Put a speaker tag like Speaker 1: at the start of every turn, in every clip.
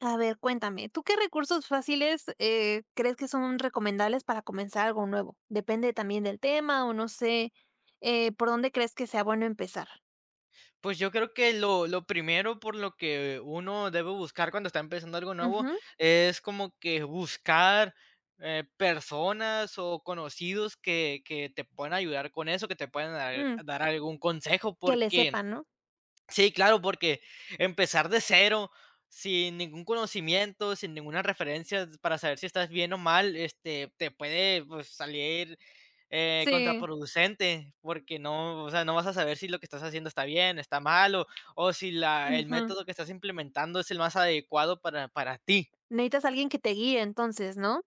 Speaker 1: A ver, cuéntame, ¿tú qué recursos fáciles, crees que son recomendables para comenzar algo nuevo? Depende también del tema o no sé, por dónde crees que sea bueno empezar.
Speaker 2: Pues yo creo que lo primero por lo que uno debe buscar cuando está empezando algo nuevo
Speaker 1: Ujú,
Speaker 2: es como que buscar personas o conocidos que te puedan ayudar con eso, que te puedan dar,
Speaker 1: mm,
Speaker 2: dar algún consejo,
Speaker 1: que le
Speaker 2: porque
Speaker 1: sepan, ¿no?
Speaker 2: sí, claro, porque empezar de cero, sin ningún conocimiento, sin ninguna referencia para saber si estás bien o mal, te puede, pues, salir
Speaker 1: Sí.
Speaker 2: contraproducente, porque no, o sea, no vas a saber si lo que estás haciendo está bien, está mal, o si el
Speaker 1: Ujú.
Speaker 2: método que estás implementando es el más adecuado para ti.
Speaker 1: Necesitas alguien que te guíe entonces, ¿no?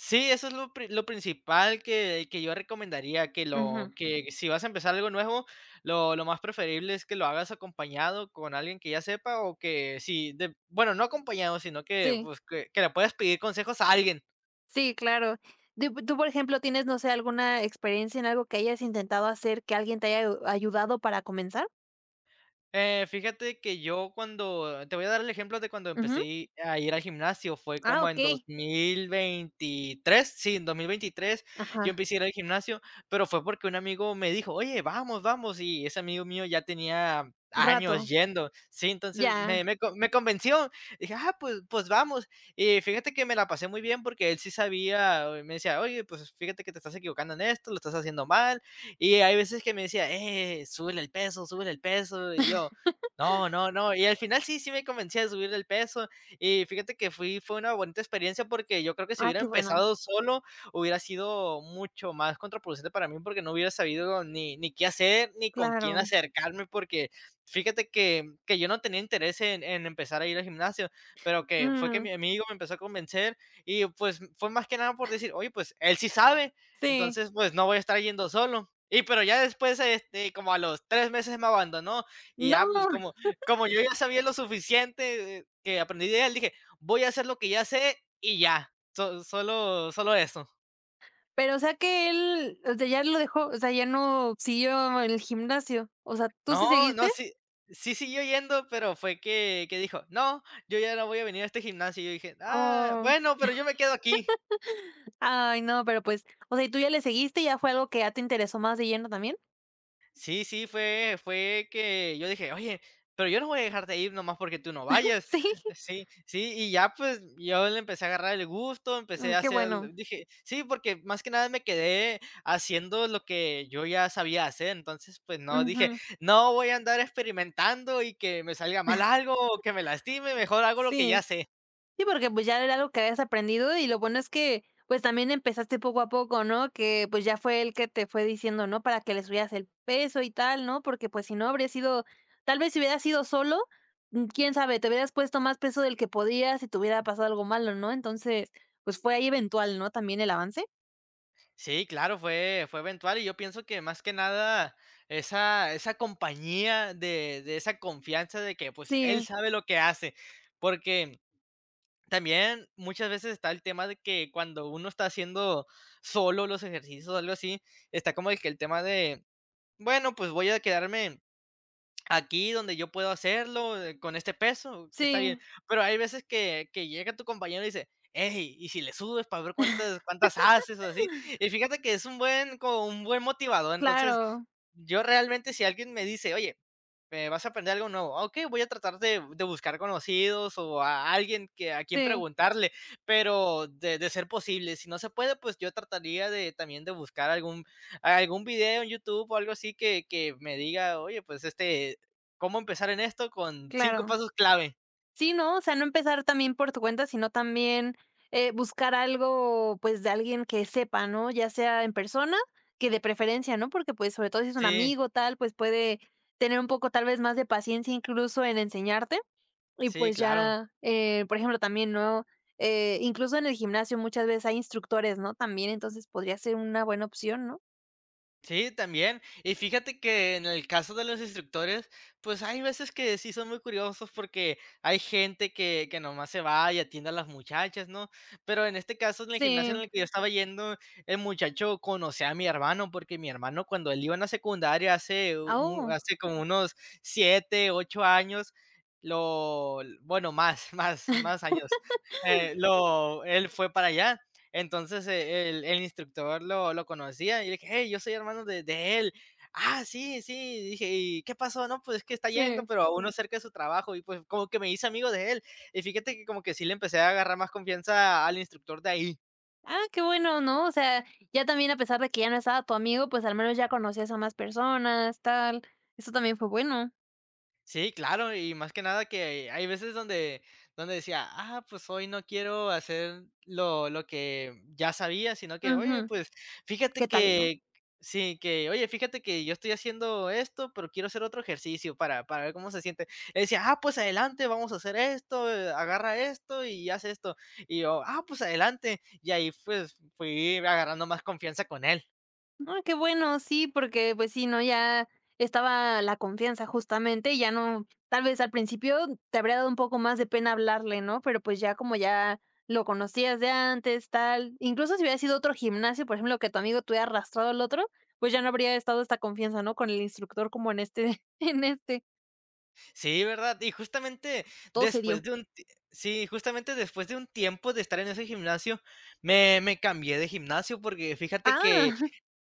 Speaker 2: Sí, eso es lo principal que yo recomendaría, que lo
Speaker 1: Ujú.
Speaker 2: que si vas a empezar algo nuevo, lo más preferible es que lo hagas acompañado con alguien que ya sepa o que si de bueno, no acompañado, sino que,
Speaker 1: Sí.
Speaker 2: pues, que le puedas pedir consejos a alguien.
Speaker 1: Sí, claro. Tú, por ejemplo, ¿tienes, no sé, alguna experiencia en algo que hayas intentado hacer que alguien te haya ayudado para comenzar?
Speaker 2: Fíjate que yo cuando te voy a dar el ejemplo de cuando
Speaker 1: Ujú.
Speaker 2: empecé a ir al gimnasio, fue
Speaker 1: Ah,
Speaker 2: como en dos
Speaker 1: okey.
Speaker 2: mil veintitrés sí, en 2023 yo
Speaker 1: Ajá.
Speaker 2: empecé a ir al gimnasio, pero fue porque un amigo me dijo: oye, vamos, vamos, y ese amigo mío ya tenía años
Speaker 1: Rato.
Speaker 2: yendo, sí, entonces me,
Speaker 1: Ya.
Speaker 2: me, co- me convenció, dije: ah, pues vamos, y fíjate que me la pasé muy bien porque él sí sabía, me decía: oye, pues fíjate que te estás equivocando en esto, lo estás haciendo mal, y hay veces que me decía: súbele el peso, súbele el peso. Y yo: no, no, no. Y al final sí, sí me convencía de subir el peso. Y fíjate que fue una bonita experiencia porque yo creo que si
Speaker 1: Ah,
Speaker 2: hubiera
Speaker 1: qué bueno.
Speaker 2: empezado solo, hubiera sido mucho más contraproducente para mí porque no hubiera sabido ni qué hacer, ni con
Speaker 1: Claro.
Speaker 2: quién acercarme, porque fíjate que yo no tenía interés en empezar a ir al gimnasio, pero que fue que
Speaker 1: Mm,
Speaker 2: mi amigo me empezó a convencer y pues fue más que nada por decir: oye, pues él sí sabe,
Speaker 1: sí.
Speaker 2: entonces pues no voy a estar yendo solo. Y pero ya después, como a los 3 meses me abandonó y
Speaker 1: No,
Speaker 2: ya, pues como, como yo ya sabía lo suficiente, que aprendí de él, dije: voy a hacer lo que ya sé y ya, solo eso.
Speaker 1: pero, o sea, que él, o sea, ya lo dejó, o sea, ya no siguió el gimnasio. O sea, ¿tú sí
Speaker 2: No,
Speaker 1: seguiste?
Speaker 2: no, sí, sí siguió yendo, pero fue que dijo: no, yo ya no voy a venir a este gimnasio. Y yo dije: ah,
Speaker 1: Oh,
Speaker 2: bueno, pero yo me quedo aquí.
Speaker 1: ay, no, pero, pues, o sea, ¿y tú ya le seguiste? ¿Ya fue algo que ya te interesó más de lleno también?
Speaker 2: Sí, sí, fue que yo dije: "Oye, pero yo no voy a dejarte ir nomás porque tú no vayas".
Speaker 1: Sí,
Speaker 2: Sí, sí, y ya, pues, yo le empecé a agarrar el gusto, empecé
Speaker 1: mm,
Speaker 2: a
Speaker 1: qué
Speaker 2: hacer,
Speaker 1: bueno.
Speaker 2: dije sí, porque más que nada me quedé haciendo lo que yo ya sabía hacer, entonces, pues, no dije:
Speaker 1: Ujú,
Speaker 2: "No voy a andar experimentando y que me salga mal algo o que me lastime, mejor hago lo que ya
Speaker 1: sí.
Speaker 2: sé".
Speaker 1: Sí, porque, pues, ya era algo que habías aprendido, y lo bueno es que, pues, también empezaste poco a poco, ¿no? Que, pues, ya fue él que te fue diciendo, ¿no? Para que le subieras el peso y tal, ¿no? Porque, pues, si no habría sido tal vez si hubieras sido solo, mm, quién sabe, te hubieras puesto más peso del que podías y te hubiera pasado algo malo, ¿no? Entonces, pues, fue ahí eventual, ¿no? También el avance.
Speaker 2: Sí, claro, fue eventual, y yo pienso que más que nada esa compañía de esa confianza de que, pues, él
Speaker 1: Sí,
Speaker 2: sabe lo que hace, porque también muchas veces está el tema de que cuando uno está haciendo solo los ejercicios o algo así, está como de que el tema de: "Bueno, pues voy a quedarme aquí donde yo puedo hacerlo, con este peso, está bien.
Speaker 1: sí,
Speaker 2: Pero hay veces que llega tu compañero y dice: Hey, ¿y si le subes para ver cuántas haces?, o así". Y fíjate que es un buen, como un buen motivador. Entonces,
Speaker 1: claro,
Speaker 2: yo realmente, si alguien me dice: "Oye, vas a aprender algo nuevo", okey, voy a tratar de buscar conocidos o a alguien que a quien
Speaker 1: sí,
Speaker 2: preguntarle, pero de ser posible. Si no se puede, pues yo trataría de también de buscar algún video en YouTube o algo así que me diga: "Oye, pues, ¿cómo empezar en esto? Con 5
Speaker 1: claro.
Speaker 2: pasos clave".
Speaker 1: Sí, ¿no? O sea, no empezar también por tu cuenta, sino también, buscar algo, pues, de alguien que sepa, ¿no? Ya sea en persona, que de preferencia, ¿no? Porque, pues, sobre todo si es un
Speaker 2: Sí,
Speaker 1: amigo, tal, pues, puede tener un poco, tal vez, más de paciencia, incluso en enseñarte. Y,
Speaker 2: sí,
Speaker 1: pues,
Speaker 2: claro.
Speaker 1: ya, por ejemplo, también, ¿no? Incluso en el gimnasio muchas veces hay instructores, ¿no? También, entonces podría ser una buena opción, ¿no?
Speaker 2: Sí, también. Y fíjate que en el caso de los instructores, pues hay veces que sí son muy curiosos porque hay gente que nomás se va y atiende a las muchachas, ¿no? Pero en este caso, en el gimnasio
Speaker 1: Sí.
Speaker 2: en el que yo estaba yendo, el muchacho conocía a mi hermano porque mi hermano cuando él iba en la secundaria
Speaker 1: Ah, oh,
Speaker 2: hace como unos 7, 8 años, más, más, más años, él fue para allá. Entonces, el instructor lo conocía y le dije: "Hey, yo soy hermano de él". "Ah, sí, sí", dije, "¿y qué pasó?". "No, pues es que está yendo,
Speaker 1: sí.
Speaker 2: pero a uno cerca de su trabajo", y pues como que me hice amigo de él. Y fíjate que como que sí le empecé a agarrar más confianza al instructor de ahí.
Speaker 1: Ah, qué bueno, ¿no? O sea, ya también a pesar de que ya no estaba tu amigo, pues al menos ya conocías a más personas, tal. Eso también fue bueno.
Speaker 2: Sí, claro, y más que nada que hay veces donde decía: "Ah, pues hoy no quiero hacer lo que ya sabía", sino que: "Oye,
Speaker 1: Ujú.
Speaker 2: pues fíjate
Speaker 1: ¿Qué tal, no?
Speaker 2: que", sí, que: "Oye, fíjate que yo estoy haciendo esto, pero quiero hacer otro ejercicio para ver cómo se siente". Él decía: "Ah, pues adelante, vamos a hacer esto, agarra esto y haz esto". Y yo: "Ah, pues adelante". Y ahí, pues, fui agarrando más confianza con él.
Speaker 1: Ah, qué bueno, sí, porque pues sí, ¿no? Ya estaba la confianza justamente y ya no, tal vez al principio te habría dado un poco más de pena hablarle, ¿no? Pero pues ya como ya lo conocías de antes, tal. Incluso si hubiera sido otro gimnasio, por ejemplo, que tu amigo te hubiera arrastrado al otro, pues ya no habría estado esta confianza, ¿no? Con el instructor como en este, en este.
Speaker 2: Sí, ¿verdad? Y justamente
Speaker 1: Todo se dio.
Speaker 2: después de un ti después de un tiempo de estar en ese gimnasio, me cambié de gimnasio, porque fíjate que
Speaker 1: Ah,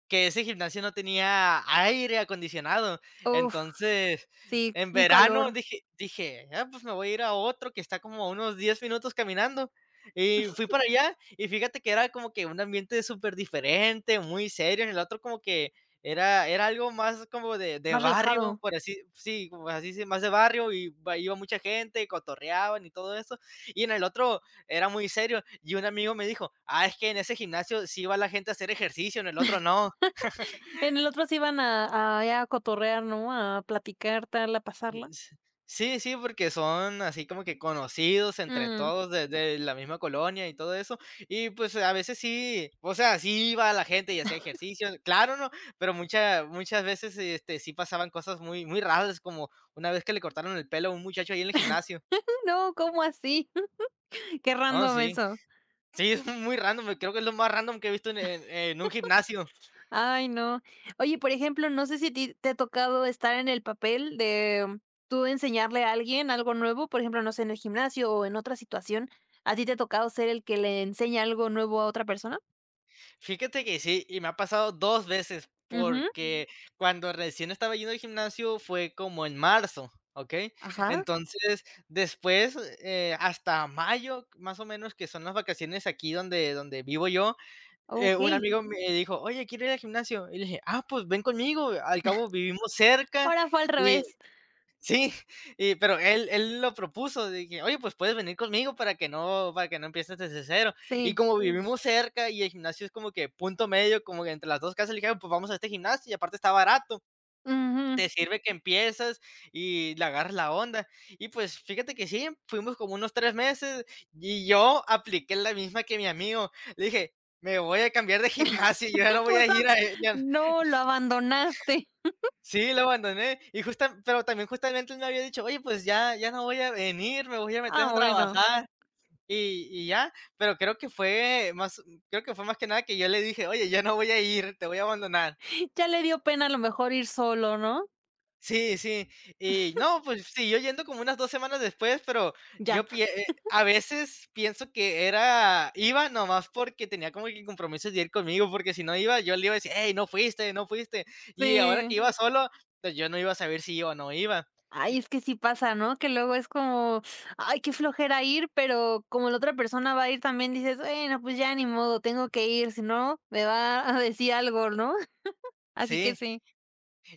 Speaker 2: que ese gimnasio no tenía aire acondicionado.
Speaker 1: uf,
Speaker 2: Entonces,
Speaker 1: sí,
Speaker 2: en
Speaker 1: un
Speaker 2: verano
Speaker 1: calor
Speaker 2: dije: "Ah, pues me voy a ir a otro que está como a unos 10 minutos caminando". Y fui para allá, y fíjate que era como que un ambiente súper diferente, muy serio. En el otro como que era algo más como de
Speaker 1: más
Speaker 2: barrio,
Speaker 1: relajado.
Speaker 2: por así, sí, como así, sí, más de barrio, y va iba mucha gente, cotorreaban y todo eso. Y en el otro era muy serio, y un amigo me dijo: "Ah, es que en ese gimnasio sí va la gente a hacer ejercicio, en el otro no".
Speaker 1: En el otro se iban a, ya a cotorrear, ¿no? A platicar, tal, a pasarla.
Speaker 2: S sí, sí, porque son así como que conocidos entre
Speaker 1: Mm,
Speaker 2: todos de la misma colonia y todo eso. Y, pues, a veces sí, o sea, sí iba la gente y hacía ejercicio, claro, ¿no? Pero muchas, muchas veces, sí pasaban cosas muy muy raras, como una vez que le cortaron el pelo a un muchacho ahí en el gimnasio.
Speaker 1: no, ¿cómo así? Qué
Speaker 2: Oh,
Speaker 1: random
Speaker 2: sí.
Speaker 1: eso.
Speaker 2: Sí, es muy random, creo que es lo más random que he visto en un gimnasio.
Speaker 1: Ay, no. Oye, por ejemplo, no sé si a ti te ha tocado estar en el papel de tú enseñarle a alguien algo nuevo, por ejemplo, no sé, en el gimnasio o en otra situación, ¿a ti te ha tocado ser el que le enseña algo nuevo a otra persona?
Speaker 2: Fíjate que sí, y me ha pasado 2 veces,
Speaker 1: Ujú,
Speaker 2: porque cuando recién estaba yendo al gimnasio fue como en marzo, ¿ok?
Speaker 1: ajá,
Speaker 2: Entonces, después, hasta mayo, más o menos, que son las vacaciones aquí donde vivo yo, un
Speaker 1: okey.
Speaker 2: amigo me dijo: "Oye, quiero ir al gimnasio", y le dije: "Ah, pues ven conmigo, al cabo vivimos cerca",
Speaker 1: Ahora fue al
Speaker 2: y
Speaker 1: revés,
Speaker 2: sí, y pero él lo propuso, de que: "Oye, pues puedes venir conmigo para que no empieces desde cero". Y
Speaker 1: sí,
Speaker 2: como sí, vivimos cerca y el gimnasio es como que punto medio, como que entre las 2 casas, le dije: "Ah, pues vamos a este gimnasio y aparte está barato,
Speaker 1: ujú.
Speaker 2: te sirve que empiezas y le agarras la onda". Y pues fíjate que sí, fuimos como unos 3 meses y yo apliqué la misma que mi amigo. Le dije: "Me voy a cambiar de gimnasio, yo ya no voy
Speaker 1: Fue
Speaker 2: a
Speaker 1: cuan
Speaker 2: ir a e...".
Speaker 1: no, lo abandonaste.
Speaker 2: Sí, lo abandoné y justa pero también justamente él me había dicho: "Oye, pues ya no voy a venir, me voy a meter
Speaker 1: Ah,
Speaker 2: a
Speaker 1: bueno,
Speaker 2: trabajar", y ya, pero creo que fue más que nada que yo le dije: "Oye, ya no voy a ir, te voy a abandonar".
Speaker 1: ya le dio pena a lo mejor ir solo, ¿no?
Speaker 2: Sí, sí, y no, pues siguió yendo como unas 2 semanas después, pero yo
Speaker 1: Ya.
Speaker 2: pie a veces pienso que era iba nomás porque tenía como que compromisos de ir conmigo, porque si no iba, yo le iba a decir: "Hey, no fuiste, no fuiste", y ahora que
Speaker 1: Sí.
Speaker 2: iba solo, pues yo no iba a saber si iba o no iba.
Speaker 1: Ay, es que sí pasa, ¿no? Que luego es como, ay, qué flojera ir, pero como la otra persona va a ir también, dices: "Bueno, pues ya ni modo, tengo que ir, si no, me va a decir algo", ¿no? Así que
Speaker 2: Sí.
Speaker 1: sí.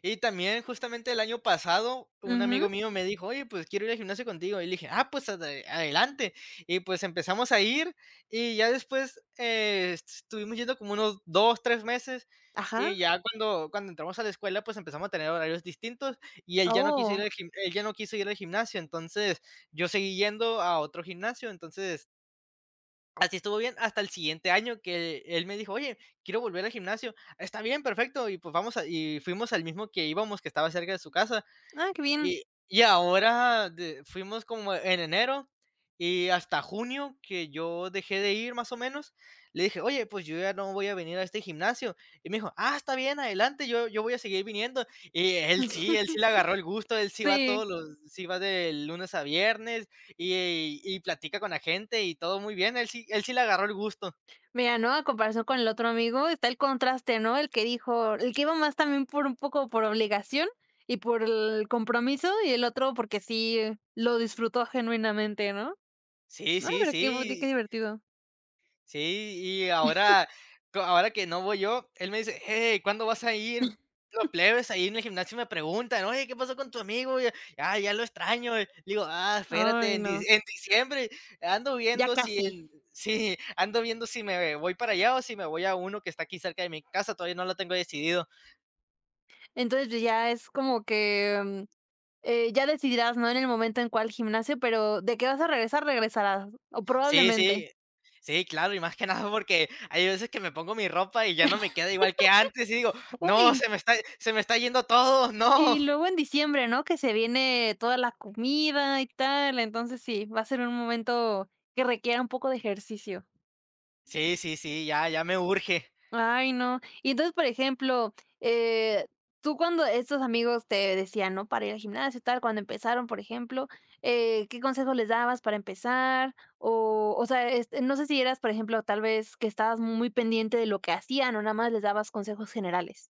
Speaker 2: Y también justamente el año pasado, un amigo
Speaker 1: Ujú.
Speaker 2: mío me dijo: oye, pues quiero ir al gimnasio contigo. Y le dije: ah, pues adelante. Y pues empezamos a ir y ya después, estuvimos yendo como unos 2, 3 meses.
Speaker 1: Ajá.
Speaker 2: Y ya cuando entramos a la escuela, pues empezamos a tener horarios distintos y él ya no quiso ir
Speaker 1: Oh.
Speaker 2: al, gim- él ya no quiso ir al gimnasio. Entonces yo seguí yendo a otro gimnasio. Entonces, así estuvo bien hasta el siguiente año que él me dijo: "Oye, quiero volver al gimnasio". "Está bien, perfecto". Y, pues, vamos a y fuimos al mismo que íbamos, que estaba cerca de su casa,
Speaker 1: Ah, qué bien.
Speaker 2: y y ahora de fuimos como en enero y hasta junio que yo dejé de ir más o menos, le dije: "Oye, pues yo ya no voy a venir a este gimnasio". Y me dijo: "Ah, está bien, adelante, yo voy a seguir viniendo". Y él sí le agarró el gusto, él sí va
Speaker 1: Sí.
Speaker 2: todos los sí va de lunes a viernes y platica con la gente y todo muy bien, él sí le agarró el gusto.
Speaker 1: Mira, ¿no? A comparación con el otro amigo, está el contraste, ¿no? El que dijo el que iba más también por un poco por obligación y por el compromiso, y el otro porque sí lo disfrutó genuinamente, ¿no?
Speaker 2: Sí,
Speaker 1: Ay,
Speaker 2: sí,
Speaker 1: qué
Speaker 2: sí.
Speaker 1: divertido.
Speaker 2: Sí, y ahora que no voy yo, él me dice: "Hey, ¿cuándo vas a ir?". Los plebes ahí en el gimnasio me preguntan: "Oye, ¿qué pasó con tu amigo? Ya lo extraño". Le digo: "Ah, espérate,
Speaker 1: Ay, no.
Speaker 2: en diciembre ando
Speaker 1: Ya
Speaker 2: viendo si
Speaker 1: casi.
Speaker 2: en sí, ando viendo si me voy para allá o si me voy a uno que está aquí cerca de mi casa, todavía no lo tengo decidido".
Speaker 1: Entonces, pues, ya es como que, mm, ya decidirás, ¿no? En el momento en cuál gimnasio, pero de que vas a regresar, regresarás, o
Speaker 2: Sí,
Speaker 1: probablemente.
Speaker 2: sí. Sí, claro, y más que nada porque hay veces que me pongo mi ropa y ya no me queda igual que antes, y digo: "No,
Speaker 1: Uy,
Speaker 2: se me está yendo todo, no".
Speaker 1: y luego en diciembre, ¿no? Que se viene toda la comida y tal, entonces sí, va a ser un momento que requiera un poco de ejercicio.
Speaker 2: Sí, sí, sí, ya, ya me urge.
Speaker 1: Ay, no. Y entonces, por ejemplo, eh, tú cuando estos amigos te decían, ¿no? Para ir al gimnasio y tal, cuando empezaron, por ejemplo, ¿qué consejos les dabas para empezar? O sea, este, no sé si eras, por ejemplo, tal vez que estabas muy pendiente de lo que hacían o nada más les dabas consejos generales.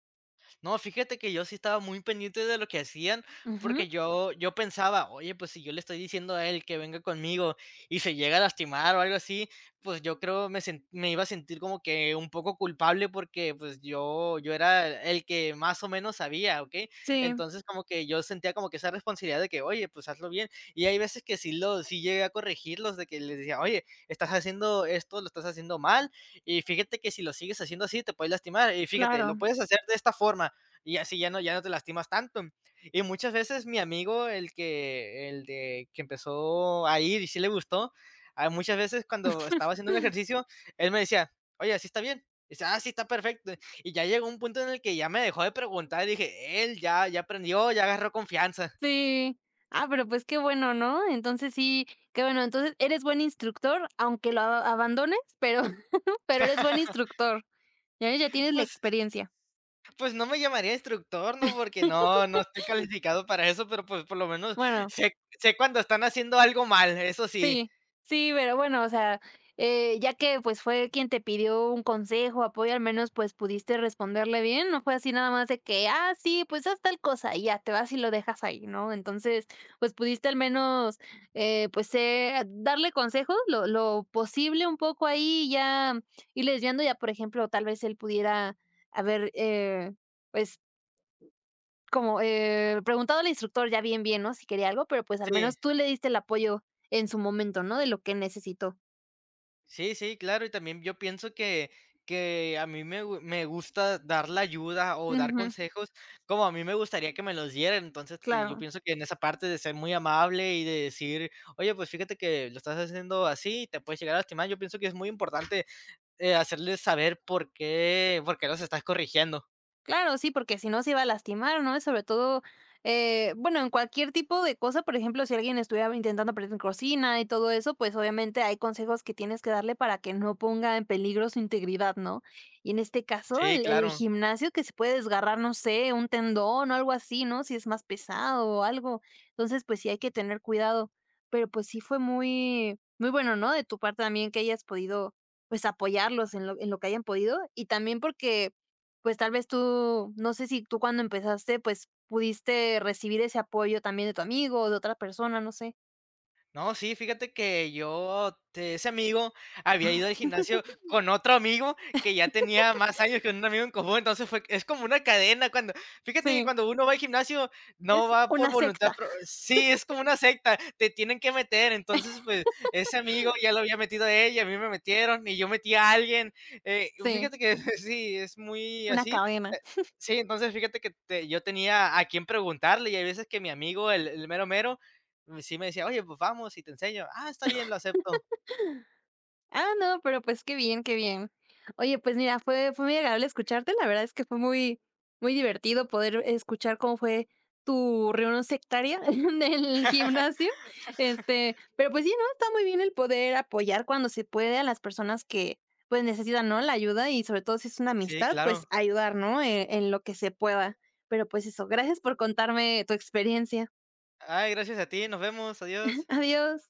Speaker 2: No, fíjate que yo sí estaba muy pendiente de lo que hacían,
Speaker 1: Ujú.
Speaker 2: porque yo pensaba: "Oye, pues, si yo le estoy diciendo a él que venga conmigo y se llega a lastimar o algo así, pues, yo creo me iba a sentir como que un poco culpable", porque, pues, yo era el que más o menos sabía, ¿okey?
Speaker 1: Sí,
Speaker 2: Entonces, como que yo sentía como que esa responsabilidad de que: "Oye, pues, hazlo bien". Y hay veces que sí llegué a corregirlos, de que les decía: "Oye, estás haciendo esto, lo estás haciendo mal, y fíjate que si lo sigues haciendo así, te puedes lastimar, y fíjate, lo
Speaker 1: claro.
Speaker 2: puedes hacer de esta forma" y así ya no te lastimas tanto. Y muchas veces mi amigo, el que empezó a ir y sí le gustó, muchas veces cuando estaba haciendo un ejercicio, él me decía, oye, así está bien. Y dice, ah, sí está perfecto. Y ya llegó un punto en el que ya me dejó de preguntar y dije, él ya, ya aprendió, ya agarró confianza.
Speaker 1: Sí. Ah, pero pues qué bueno, ¿no? Entonces sí, qué bueno. Entonces eres buen instructor, aunque lo a abandones, pero pero eres buen instructor. Ya ya tienes la
Speaker 2: Pues,
Speaker 1: experiencia.
Speaker 2: pues no me llamaría instructor, ¿no? Porque no, no estoy calificado para eso, pero pues por lo menos
Speaker 1: Bueno,
Speaker 2: sé, sé cuando están haciendo algo mal, eso sí.
Speaker 1: sí, sí, pero bueno, o sea, ya que, pues, fue quien te pidió un consejo, apoyo, al menos, pues, pudiste responderle bien, no fue así nada más de que: "Ah, sí, pues, haz tal cosa", y ya te vas y lo dejas ahí, ¿no? Entonces, pues, pudiste al menos, darle consejos, lo posible un poco ahí, ya irle desviando, ya, por ejemplo, tal vez él pudiera haber, eh, pues, preguntado al instructor ya bien, bien, ¿no? Si quería algo, pero, pues, al
Speaker 2: Sí.
Speaker 1: menos tú le diste el apoyo en su momento, ¿no? De lo que necesitó.
Speaker 2: Sí, sí, claro, y también yo pienso que a mí me gu me gusta dar la ayuda o dar
Speaker 1: Ujú,
Speaker 2: consejos como a mí me gustaría que me los dieran. Entonces, te yo
Speaker 1: claro.
Speaker 2: pienso que en esa parte de ser muy amable y de decir: "Oye, pues fíjate que lo estás haciendo así, te puedes llegar a lastimar". Yo pienso que es muy importante, hacerles saber por qué los estás corrigiendo.
Speaker 1: Claro, sí, porque si no se iba a lastimar, ¿no? Sobre todo, bueno, en cualquier tipo de cosa, por ejemplo, si alguien estuviera intentando aprender cocina y todo eso, pues obviamente hay consejos que tienes que darle para que no ponga en peligro su integridad, ¿no? Y en este caso,
Speaker 2: Sí,
Speaker 1: el
Speaker 2: claro.
Speaker 1: gimnasio que se puede desgarrar, no sé, un tendón o algo así, ¿no? Si es más pesado o algo. Entonces, pues sí hay que tener cuidado. Pero pues sí fue muy, muy bueno, ¿no? De tu parte también que hayas podido, pues apoyarlos en lo que hayan podido. Y también porque pues tal vez tú, no sé si tú cuando empezaste, pues pudiste recibir ese apoyo también de tu amigo o de otra persona, no sé.
Speaker 2: No, sí, fíjate que yo, te ese amigo había ido al gimnasio con otro amigo que ya tenía más años, que un amigo en común, entonces fue es como una cadena cuando, fíjate, que
Speaker 1: Sí,
Speaker 2: cuando uno va al gimnasio no
Speaker 1: es
Speaker 2: va por
Speaker 1: una
Speaker 2: voluntad
Speaker 1: secta,
Speaker 2: pro sí, es como una secta, te tienen que meter, entonces, pues, ese amigo ya lo había metido a ella. A mí me metieron y yo metí a alguien,
Speaker 1: sí,
Speaker 2: fíjate que sí, es muy
Speaker 1: una
Speaker 2: así,
Speaker 1: cadena.
Speaker 2: eh, sí, entonces fíjate que te yo tenía a quién preguntarle y hay veces que mi amigo, el mero mero, sí me decía: "Oye, pues vamos y te enseño". "Ah, está bien, lo acepto".
Speaker 1: Ah, no, pero pues qué bien, qué bien. Oye, pues mira, fue muy agradable escucharte, la verdad es que fue muy muy divertido poder escuchar cómo fue tu reunión sectaria del gimnasio, este, pero pues sí, ¿no? Está muy bien el poder apoyar cuando se puede a las personas que, pues, necesitan, ¿no? La ayuda y sobre todo si es una
Speaker 2: Sí,
Speaker 1: amistad,
Speaker 2: claro.
Speaker 1: pues ayudar, ¿no? En lo que se pueda. Pero pues eso, gracias por contarme tu experiencia.
Speaker 2: Ay, gracias a ti, nos vemos, adiós.
Speaker 1: Adiós.